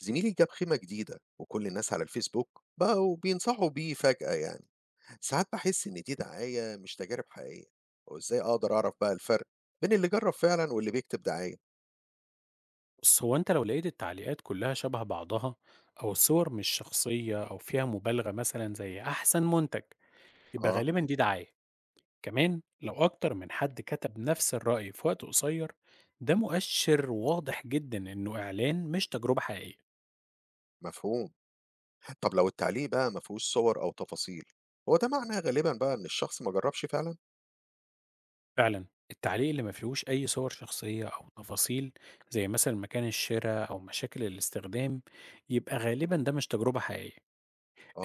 زميلي جاب خيمة جديدة وكل الناس على الفيسبوك بقوا بينصحوا بيه فجأة يعني. ساعات بحس إن دي دعاية مش تجارب حقيقية. وإزاي أقدر أعرف بقى الفرق بين اللي جرب فعلا واللي بيكتب دعاية؟ بص، هو انت لو لقيت التعليقات كلها شبه بعضها، او الصور مش شخصية او فيها مبالغة مثلا زي احسن منتج، يبقى آه. غالبا دي دعاية. كمان لو اكتر من حد كتب نفس الرأي في وقت قصير، ده مؤشر واضح جدا انه اعلان مش تجربة حقيقية. مفهوم. طب لو التعليق بقى ما فيهوش صور أو تفاصيل، هو ده معناه غالبا بقى إن الشخص ما جربش فعلا؟ فعلا، التعليق اللي ما فيهوش اي صور شخصية او تفاصيل، زي مثلا مكان الشراء او مشاكل الاستخدام، يبقى غالبا ده مش تجربة حقيقية.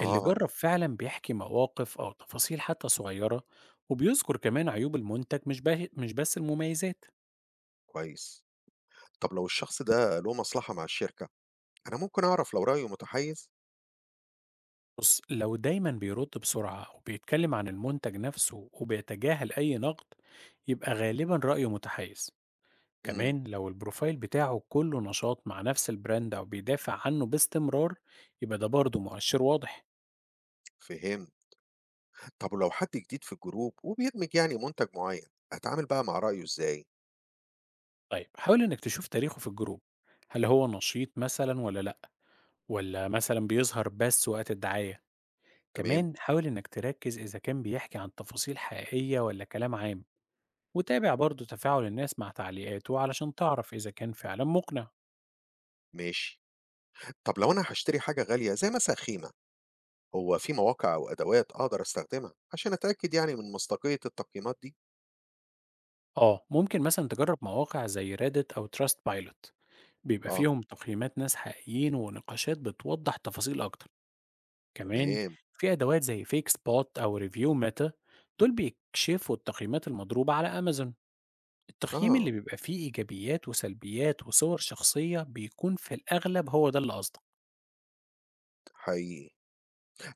اللي جرب فعلا بيحكي مواقف أو تفاصيل حتى صغيرة، وبيذكر كمان عيوب المنتج، مش بس المميزات. كويس. طب لو الشخص ده له مصلحة مع الشركة، أنا ممكن أعرف لو رأيه متحيز؟ بص، لو دايما بيرد بسرعة أو بيتكلم عن المنتج نفسه وبيتجاهل أي نقد، يبقى غالبا رأيه متحيز. امم. كمان لو البروفايل بتاعه كله نشاط مع نفس البراند أو بيدافع عنه باستمرار، يبقى ده برضه مؤشر واضح. فهم. طب لو حد جديد في الجروب وبيدمج يعني منتج معين، أتعامل بقى مع رأيه إزاي؟ طيب، حاول إنك تشوف تاريخه في الجروب، هل هو نشيط مثلا ولا لأ، ولا مثلا بيظهر بس وقت الدعاية. تمام، كمان حاول إنك تركز إذا كان بيحكي عن تفاصيل حقيقية ولا كلام عام، وتابع برضه تفاعل الناس مع تعليقاته علشان تعرف إذا كان فعلا مقنع. ماشي. طب لو أنا هاشتري حاجة غالية زي مثلًا خيمة، هو في مواقع أو أدوات أقدر أستخدمها عشان أتأكد يعني من مصداقية التقييمات دي؟ آه، ممكن مثلا تجرب مواقع زي ريدت أو تراست بايلوت، بيبقى آه، فيهم تقييمات ناس حقيقيين ونقاشات بتوضح تفاصيل أكتر. كمان تمام، في أدوات زي فيك سبوت أو ريفيو ميتا، دول بيكشفوا التقييمات المضروبة على أمازون. التقييم اللي آه، بيبقى فيه إيجابيات وسلبيات وصور شخصية بيكون في الأغلب هو ده اللي قصدك. حقيقي.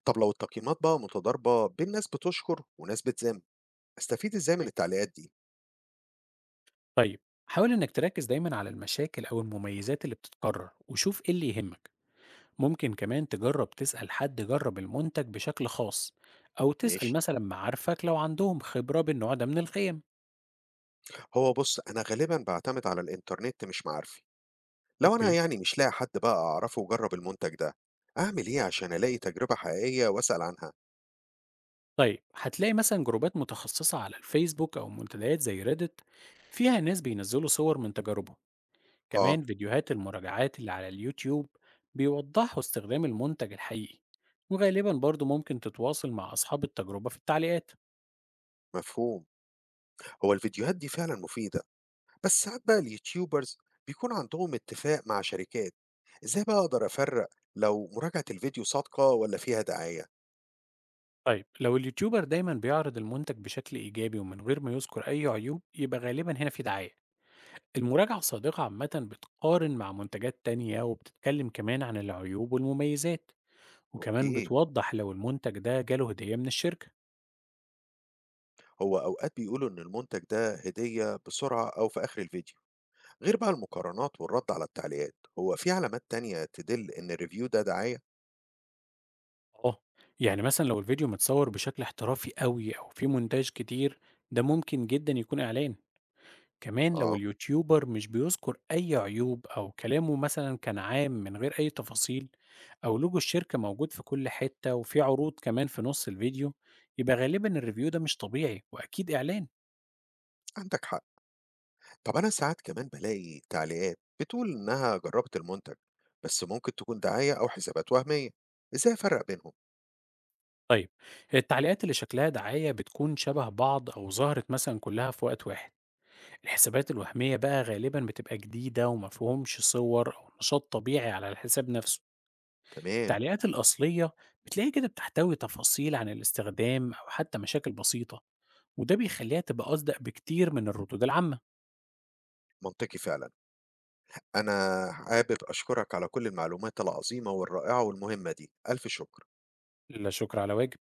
طب لو التقييمات بقى متضاربة بين ناس بتشكر وناس بتذم، أستفيد إزاي من التعليقات دي؟ طيب، حاول إنك تركز دايما على المشاكل أو المميزات اللي بتتكرر وشوف إيه اللي يهمك. ممكن كمان تجرب تسأل حد جرب المنتج بشكل خاص، أو تسأل ماشي. مثلا معارفك لو عندهم خبرة بالنوع ده من القيم. هو بُص، أنا غالبًا باعتمد على الإنترنت مش معارفي، لو أنا اوكي. يعني مش لاقي حد بقى أعرفه جرّب المنتج ده، أعمل إيه عشان ألاقي تجربة حقيقية وأسأل عنها؟ طيب، هتلاقي مثلا جروبات متخصصة على الفيسبوك أو منتديات زي ريدت، فيها ناس بينزلوا صور من تجاربهم. آه، كمان فيديوهات المراجعات اللي على اليوتيوب بيوضحوا استخدام المنتج الحقيقي، وغالبا برضو ممكن تتواصل مع أصحاب التجربة في التعليقات. مفهوم. هو الفيديوهات دي فعلًا مفيدة. بس ساعات بقى اليوتيوبرز بيكون عندهم اتفاق مع شركات. ازاي بقى اقدر افرق لو مراجعة الفيديو صادقة ولا فيها دعاية؟ طيب، لو اليوتيوبر دايما بيعرض المنتج بشكل إيجابي ومن غير ما يذكر أي عيوب، يبقى غالبا هنا في دعاية. المراجعة الصادقة عامة بتقارن مع منتجات تانية وبتتكلم كمان عن العيوب والمميزات، وكمان اوكي. بتوضح لو المنتج ده جاله هدية من الشركة. هو اوقات بيقولوا ان المنتج ده هدية بسرعة او في اخر الفيديو. غير بقى المقارنات والرد على التعليقات، هو في علامات تانية تدل ان الريفيو ده دعاية؟ اه، يعني مثلا لو الفيديو متصور بشكل احترافي قوي أو فيه مونتاج كتير، ده ممكن جدا يكون إعلان. كمان لو اه. اليوتيوبر مش بيذكر أي عيوب أو كلامه مثلا كان عام من غير أي تفاصيل، أو لوجو الشركة موجود في كل حتة وفي عروض كمان في نص الفيديو، يبقى غالبا الريفيو ده مش طبيعي وأكيد إعلان. عندك حق. طب انا ساعات كمان بلاقي تعليقات بتقول انها جربت المنتج، بس ممكن تكون دعاية او حسابات وهمية. ازاي افرق بينهم؟ طيب، التعليقات اللي شكلها دعاية بتكون شبه بعض أو ظهرت مثلا كلها في وقت واحد. الحسابات الوهمية بقى غالبا بتبقى جديدة ومفهومش صور أو نشاط طبيعي على الحساب نفسه. تمام. التعليقات الأصلية بتلاقي كده بتحتوي تفاصيل عن الاستخدام أو حتى مشاكل بسيطة، وده بيخليها تبقى أصدق بكتير من الردود العامة. منطقي فعلا. أنا حابب أشكرك على كل المعلومات العظيمة والرائعة والمهمة دي، ألف شكر. لا شكر على واجب.